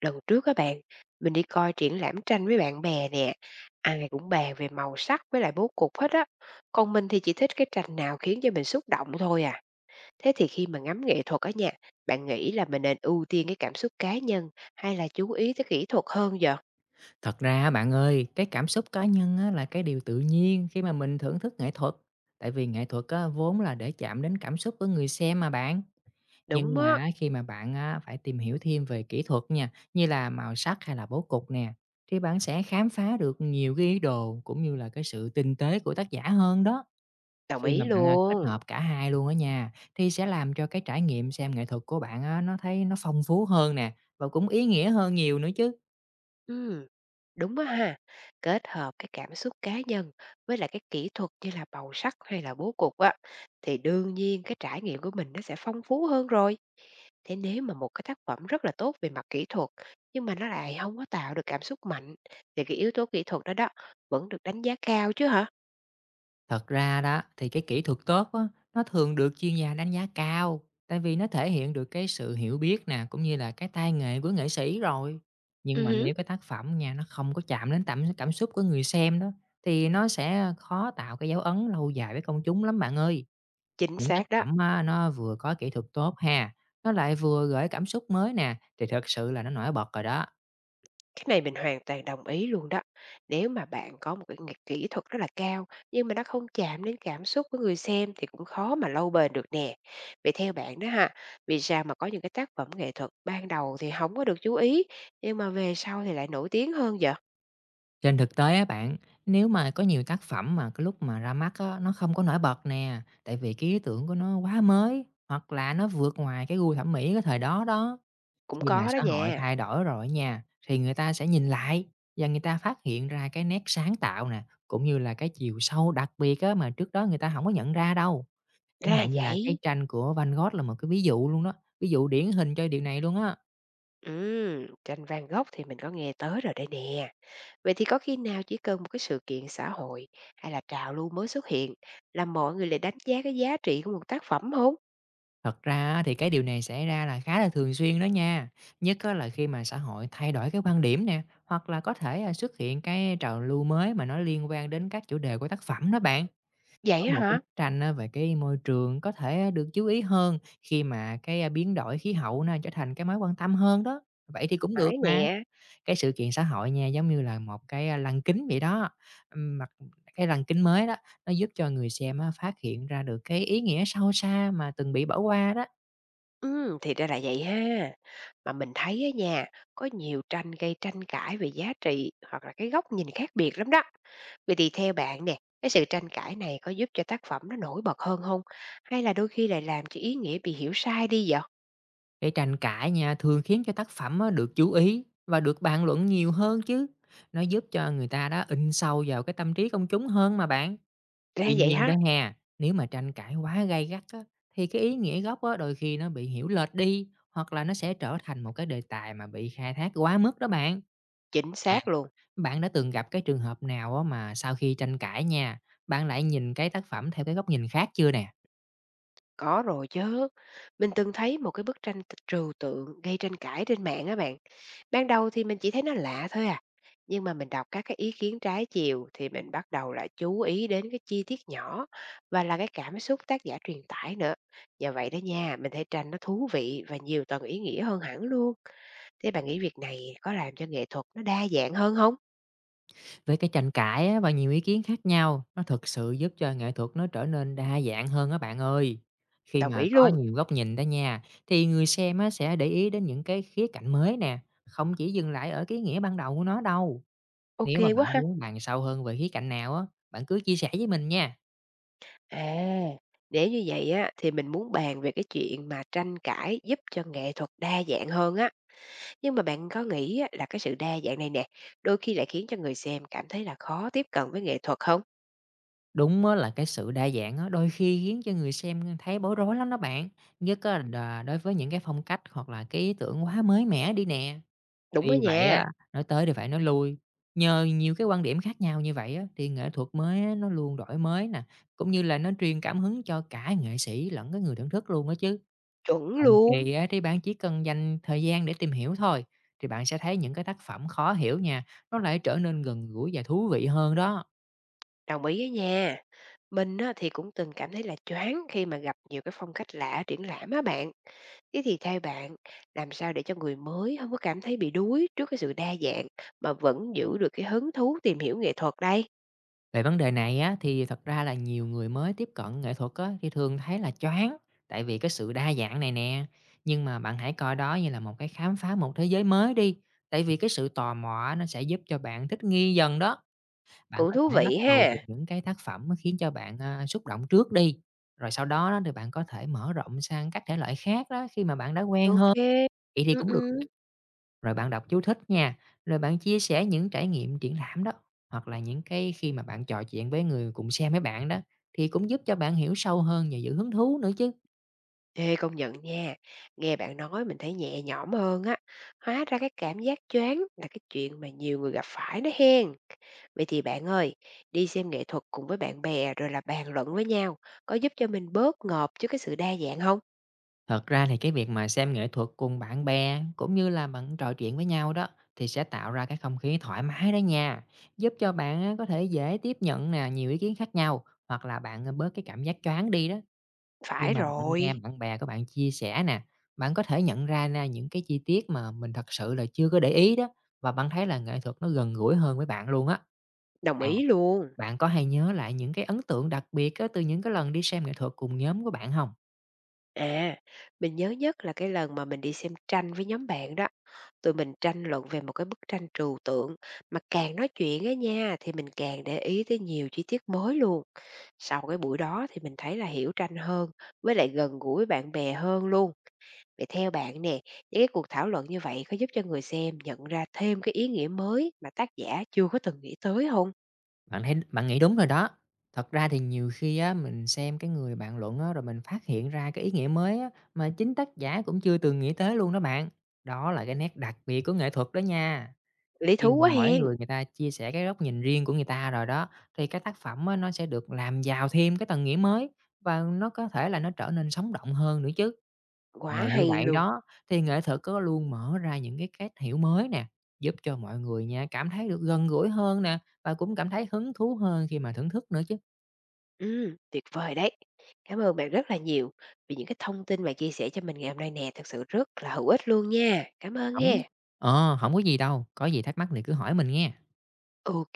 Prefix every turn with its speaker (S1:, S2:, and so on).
S1: Lần trước các bạn, mình đi coi triển lãm tranh với bạn bè nè, ai cũng bàn về màu sắc với lại bố cục hết á. Còn mình thì chỉ thích cái tranh nào khiến cho mình xúc động thôi à. Thế thì khi mà ngắm nghệ thuật á nha, bạn nghĩ là mình nên ưu tiên cái cảm xúc cá nhân hay là chú ý tới kỹ thuật hơn giờ?
S2: Thật ra á bạn ơi, cái cảm xúc cá nhân á là cái điều tự nhiên khi mà mình thưởng thức nghệ thuật. Tại vì nghệ thuật á vốn là để chạm đến cảm xúc của người xem mà bạn. Nhưng
S1: Đúng
S2: mà
S1: á,
S2: á, khi mà bạn á phải tìm hiểu thêm về kỹ thuật nha, như là màu sắc hay là bố cục nè, thì bạn sẽ khám phá được nhiều cái ý đồ cũng như là cái sự tinh tế của tác giả hơn đó.
S1: đồng
S2: Khi mà
S1: ý
S2: bạn à, kết
S1: luôn.
S2: hợp cả hai luôn ở nhà thì sẽ làm cho cái trải nghiệm xem nghệ thuật của bạn á nó thấy nó phong phú hơn nè, và cũng ý nghĩa hơn nhiều nữa chứ.
S1: Ừ, đúng á ha. Kết hợp cái cảm xúc cá nhân với lại cái kỹ thuật như là màu sắc hay là bố cục á, thì đương nhiên cái trải nghiệm của mình nó sẽ phong phú hơn rồi. Thế nếu mà một cái tác phẩm rất là tốt về mặt kỹ thuật nhưng mà nó lại không có tạo được cảm xúc mạnh thì cái yếu tố kỹ thuật đó đó vẫn được đánh giá cao chứ hả?
S2: Thật ra đó thì cái kỹ thuật tốt á, nó thường được chuyên gia đánh giá cao, tại vì nó thể hiện được cái sự hiểu biết nè, cũng như là cái tay nghề của nghệ sĩ rồi. Nhưng mà
S1: Hứm,
S2: nếu cái tác phẩm nha, nó không có chạm đến cảm cảm xúc của người xem đó, thì nó sẽ khó tạo cái dấu ấn lâu dài với công chúng lắm bạn ơi.
S1: chính
S2: Những tác
S1: xác đó,
S2: phẩm á, nó vừa có kỹ thuật tốt ha, nó lại vừa gửi cảm xúc mới nè, thì thật sự là nó nổi bật rồi đó.
S1: cái này mình hoàn toàn đồng ý luôn đó. Nếu mà bạn có một cái nghệ kỹ thuật rất là cao nhưng mà nó không chạm đến cảm xúc của người xem thì cũng khó mà lâu bền được nè. Vậy theo bạn đó ha, vì sao mà có những cái tác phẩm nghệ thuật ban đầu thì không có được chú ý nhưng mà về sau thì lại nổi tiếng hơn vậy?
S2: Trên thực tế á bạn, nếu mà có nhiều tác phẩm mà cái lúc mà ra mắt á, nó không có nổi bật nè, tại vì cái ý tưởng của nó quá mới, hoặc là nó vượt ngoài cái gu thẩm mỹ cái thời đó đó.
S1: Cũng
S2: Khi mà
S1: có đó
S2: xã hội
S1: nha.
S2: thay đổi rồi nha, thì người ta sẽ nhìn lại, và người ta phát hiện ra cái nét sáng tạo nè, cũng như là cái chiều sâu đặc biệt á, mà trước đó người ta không có nhận ra đâu. Chẳng
S1: Ra
S2: hạn như là cái
S1: vậy.
S2: tranh của Van Gogh là một cái ví dụ luôn đó, ví dụ điển hình cho điều này luôn á.
S1: Tranh Van Gogh thì mình có nghe tới rồi đây nè. Vậy thì có khi nào chỉ cần một cái sự kiện xã hội hay là trào lưu mới xuất hiện là mọi người lại đánh giá cái giá trị của một tác phẩm không?
S2: Thật ra á, thì cái điều này xảy ra là khá là thường xuyên đó nha, nhất á là khi mà xã hội thay đổi cái quan điểm nè, hoặc là có thể, à, xuất hiện cái trào lưu mới mà nó liên quan đến các chủ đề của tác phẩm đó bạn. Có
S1: Vậy á
S2: một cái
S1: hả?
S2: bức tranh á về cái môi trường có thể được chú ý hơn, khi mà cái, biến đổi khí hậu nó trở thành cái mối quan tâm hơn đó, vậy thì cũng được
S1: Phải
S2: mà.
S1: nè.
S2: Cái sự kiện xã hội nha, giống như là một cái, lăng kính vậy đó, mặt cái lăng kính mới đó, nó giúp cho người xem á phát hiện ra được cái ý nghĩa sâu xa mà từng bị bỏ qua đó.
S1: Thì ra là vậy ha. Mà mình thấy á nha, có nhiều tranh gây tranh cãi về giá trị hoặc là cái góc nhìn khác biệt lắm đó. Vậy thì theo bạn nè, cái sự tranh cãi này có giúp cho tác phẩm nó nổi bật hơn không? Hay là đôi khi lại làm cho ý nghĩa bị hiểu sai đi vậy?
S2: Để tranh cãi nha, thường khiến cho tác phẩm á, được chú ý và được bàn luận nhiều hơn chứ. Nó giúp cho người ta đó in sâu vào cái tâm trí công chúng hơn mà bạn.
S1: Ra
S2: Tuy
S1: vậy
S2: nhiên
S1: ha,
S2: đó ha, nếu mà tranh cãi quá gay gắt á, thì cái ý nghĩa gốc á, đôi khi nó bị hiểu lệch đi, hoặc là nó sẽ trở thành một cái đề tài mà bị khai thác quá mức đó bạn.
S1: chính
S2: À,
S1: xác luôn.
S2: bạn đã từng gặp cái trường hợp nào á, mà sau khi tranh cãi nha, bạn lại nhìn cái tác phẩm theo cái góc nhìn khác chưa nè?
S1: Có rồi chứ. Mình từng thấy một cái bức tranh t trừu tượng gây tranh cãi trên mạng á bạn. Ban đầu thì mình chỉ thấy nó lạ thôi à, nhưng mà mình đọc các cái ý kiến trái chiều thì mình bắt đầu lại chú ý đến cái chi tiết nhỏ và là cái cảm xúc tác giả truyền tải nữa. Nhờ vậy đó nha, mình thấy tranh nó thú vị và nhiều tầng ý nghĩa hơn hẳn luôn. Thế bạn nghĩ việc này có làm cho nghệ thuật nó đa dạng hơn không?
S2: Với cái tranh cãi á, và nhiều ý kiến khác nhau, nó thực sự giúp cho nghệ thuật nó trở nên đa dạng hơn các bạn ơi. Khi
S1: Đồng
S2: mà
S1: ý
S2: có
S1: luôn.
S2: nhiều góc nhìn đó nha, thì người xem á, sẽ để ý đến những cái khía cạnh mới nè, không chỉ dừng lại ở cái nghĩa ban đầu của nó đâu. Nếu mà
S1: OK quá
S2: bạn
S1: ha.
S2: muốn bàn sâu hơn về khía cạnh nào á, bạn cứ chia sẻ với mình nha.
S1: À, nếu như vậy á thì mình muốn bàn về cái chuyện mà tranh cãi giúp cho nghệ thuật đa dạng hơn á, nhưng mà bạn có nghĩ á là cái sự đa dạng này nè, đôi khi lại khiến cho người xem cảm thấy là khó tiếp cận với nghệ thuật không?
S2: Đúng á, là cái sự đa dạng á, đôi khi khiến cho người xem thấy bối rối lắm đó bạn. Nhất á, là đối với những cái phong cách hoặc là cái ý tưởng quá mới mẻ đi nè.
S1: Đúng đó
S2: Tuy vậy
S1: nha,
S2: á, nói tới thì phải nói lui, nhờ nhiều cái quan điểm khác nhau như vậy á, thì nghệ thuật mới á nó luôn đổi mới nè, cũng như là nó truyền cảm hứng cho cả nghệ sĩ lẫn cái người thưởng thức luôn đó chứ.
S1: chuẩn
S2: Đôi
S1: luôn,
S2: khi á, thì bạn chỉ cần dành thời gian để tìm hiểu thôi, thì bạn sẽ thấy những cái tác phẩm khó hiểu nha, nó lại trở nên gần gũi và thú vị hơn đó.
S1: đồng ý á nha. Mình á thì cũng từng cảm thấy là choáng khi mà gặp nhiều cái phong cách lạ ở triển lãm á bạn. Thế thì theo bạn, làm sao để cho người mới không có cảm thấy bị đuối trước cái sự đa dạng mà vẫn giữ được cái hứng thú tìm hiểu nghệ thuật đây?
S2: Về vấn đề này á, thì thật ra là nhiều người mới tiếp cận nghệ thuật á, thì thường thấy là choáng, tại vì cái sự đa dạng này nè. Nhưng mà bạn hãy coi đó như là một cái khám phá một thế giới mới đi. Tại vì cái sự tò mò á, nó sẽ giúp cho bạn thích nghi dần đó. Bạn
S1: Cũng
S2: có
S1: thú
S2: thể bắt
S1: vị
S2: đầu từ
S1: ha.
S2: những cái tác phẩm mà khiến cho bạn à, xúc động trước đi. Rồi sau đó, đó thì bạn có thể mở rộng sang các thể loại khác đó, khi mà bạn đã quen
S1: Ô
S2: hơn.
S1: kê.
S2: Vậy thì
S1: Ừm,
S2: cũng
S1: ừm.
S2: Rồi bạn đọc chú thích nha, rồi bạn chia sẻ những trải nghiệm triển lãm đó, hoặc là những cái khi mà bạn trò chuyện với người cùng xem với bạn đó, thì cũng giúp cho bạn hiểu sâu hơn và giữ hứng thú nữa chứ.
S1: Ê, công nhận nha, nghe bạn nói mình thấy nhẹ nhõm hơn á, hóa ra cái cảm giác choáng là cái chuyện mà nhiều người gặp phải đó hen. Vậy thì bạn ơi, đi xem nghệ thuật cùng với bạn bè rồi là bàn luận với nhau, có giúp cho mình bớt ngợp trước cái sự đa dạng hông?
S2: Thật ra thì cái việc mà xem nghệ thuật cùng bạn bè, cũng như là bạn trò chuyện với nhau đó, thì sẽ tạo ra cái không khí thoải mái đó nha. Giúp cho bạn á, có thể dễ tiếp nhận nè nhiều ý kiến khác nhau, hoặc là bạn à, bớt cái cảm giác choáng đi đó. Khi
S1: Phải
S2: mà bạn nghe
S1: rồi,
S2: bạn bè của bạn chia sẻ nè, bạn có thể nhận ra ra những cái chi tiết mà mình thật sự là chưa có để ý đó, và bạn thấy là nghệ thuật nó gần gũi hơn với bạn luôn á.
S1: đồng
S2: À,
S1: ý luôn.
S2: bạn có hay nhớ lại những cái ấn tượng đặc biệt á, từ những cái lần đi xem nghệ thuật cùng nhóm của bạn không?
S1: À, mình nhớ nhất là cái lần mà mình đi xem tranh với nhóm bạn đó. Tụi mình tranh luận về một cái bức tranh trừu tượng mà càng nói chuyện á nha thì mình càng để ý tới nhiều chi tiết mới luôn. Sau cái buổi đó thì mình thấy là hiểu tranh hơn với lại gần gũi với bạn bè hơn luôn. Vậy theo bạn nè, những cái cuộc thảo luận như vậy có giúp cho người xem nhận ra thêm cái ý nghĩa mới mà tác giả chưa có từng nghĩ tới không?
S2: Bạn thấy bạn nghĩ đúng rồi đó. Thật ra thì nhiều khi á, mình xem cái người bạn luận á, rồi mình phát hiện ra cái ý nghĩa mới á, mà chính tác giả cũng chưa từng nghĩ tới luôn đó bạn. Đó là cái nét đặc biệt của nghệ thuật đó nha.
S1: Lý
S2: Khi
S1: thú
S2: mà
S1: quá
S2: mỗi
S1: hen,
S2: người người ta chia sẻ cái góc nhìn riêng của người ta rồi đó, thì cái tác phẩm á, nó sẽ được làm giàu thêm cái tầng nghĩa mới, và nó có thể là nó trở nên sống động hơn nữa chứ.
S1: quá
S2: Nhờ như
S1: hay
S2: vậy
S1: luôn.
S2: đó, thì nghệ thuật có luôn mở ra những cái cách hiểu mới nè, giúp cho mọi người nha cảm thấy được gần gũi hơn nè, và cũng cảm thấy hứng thú hơn khi mà thưởng thức nữa chứ.
S1: Tuyệt vời đấy. Cảm ơn bạn rất là nhiều vì những cái thông tin bạn chia sẻ cho mình ngày hôm nay nè, thực sự rất là hữu ích luôn nha. Cảm ơn
S2: Không,
S1: ha.
S2: hổng có gì đâu, có gì thắc mắc thì cứ hỏi mình nghe.
S1: OK.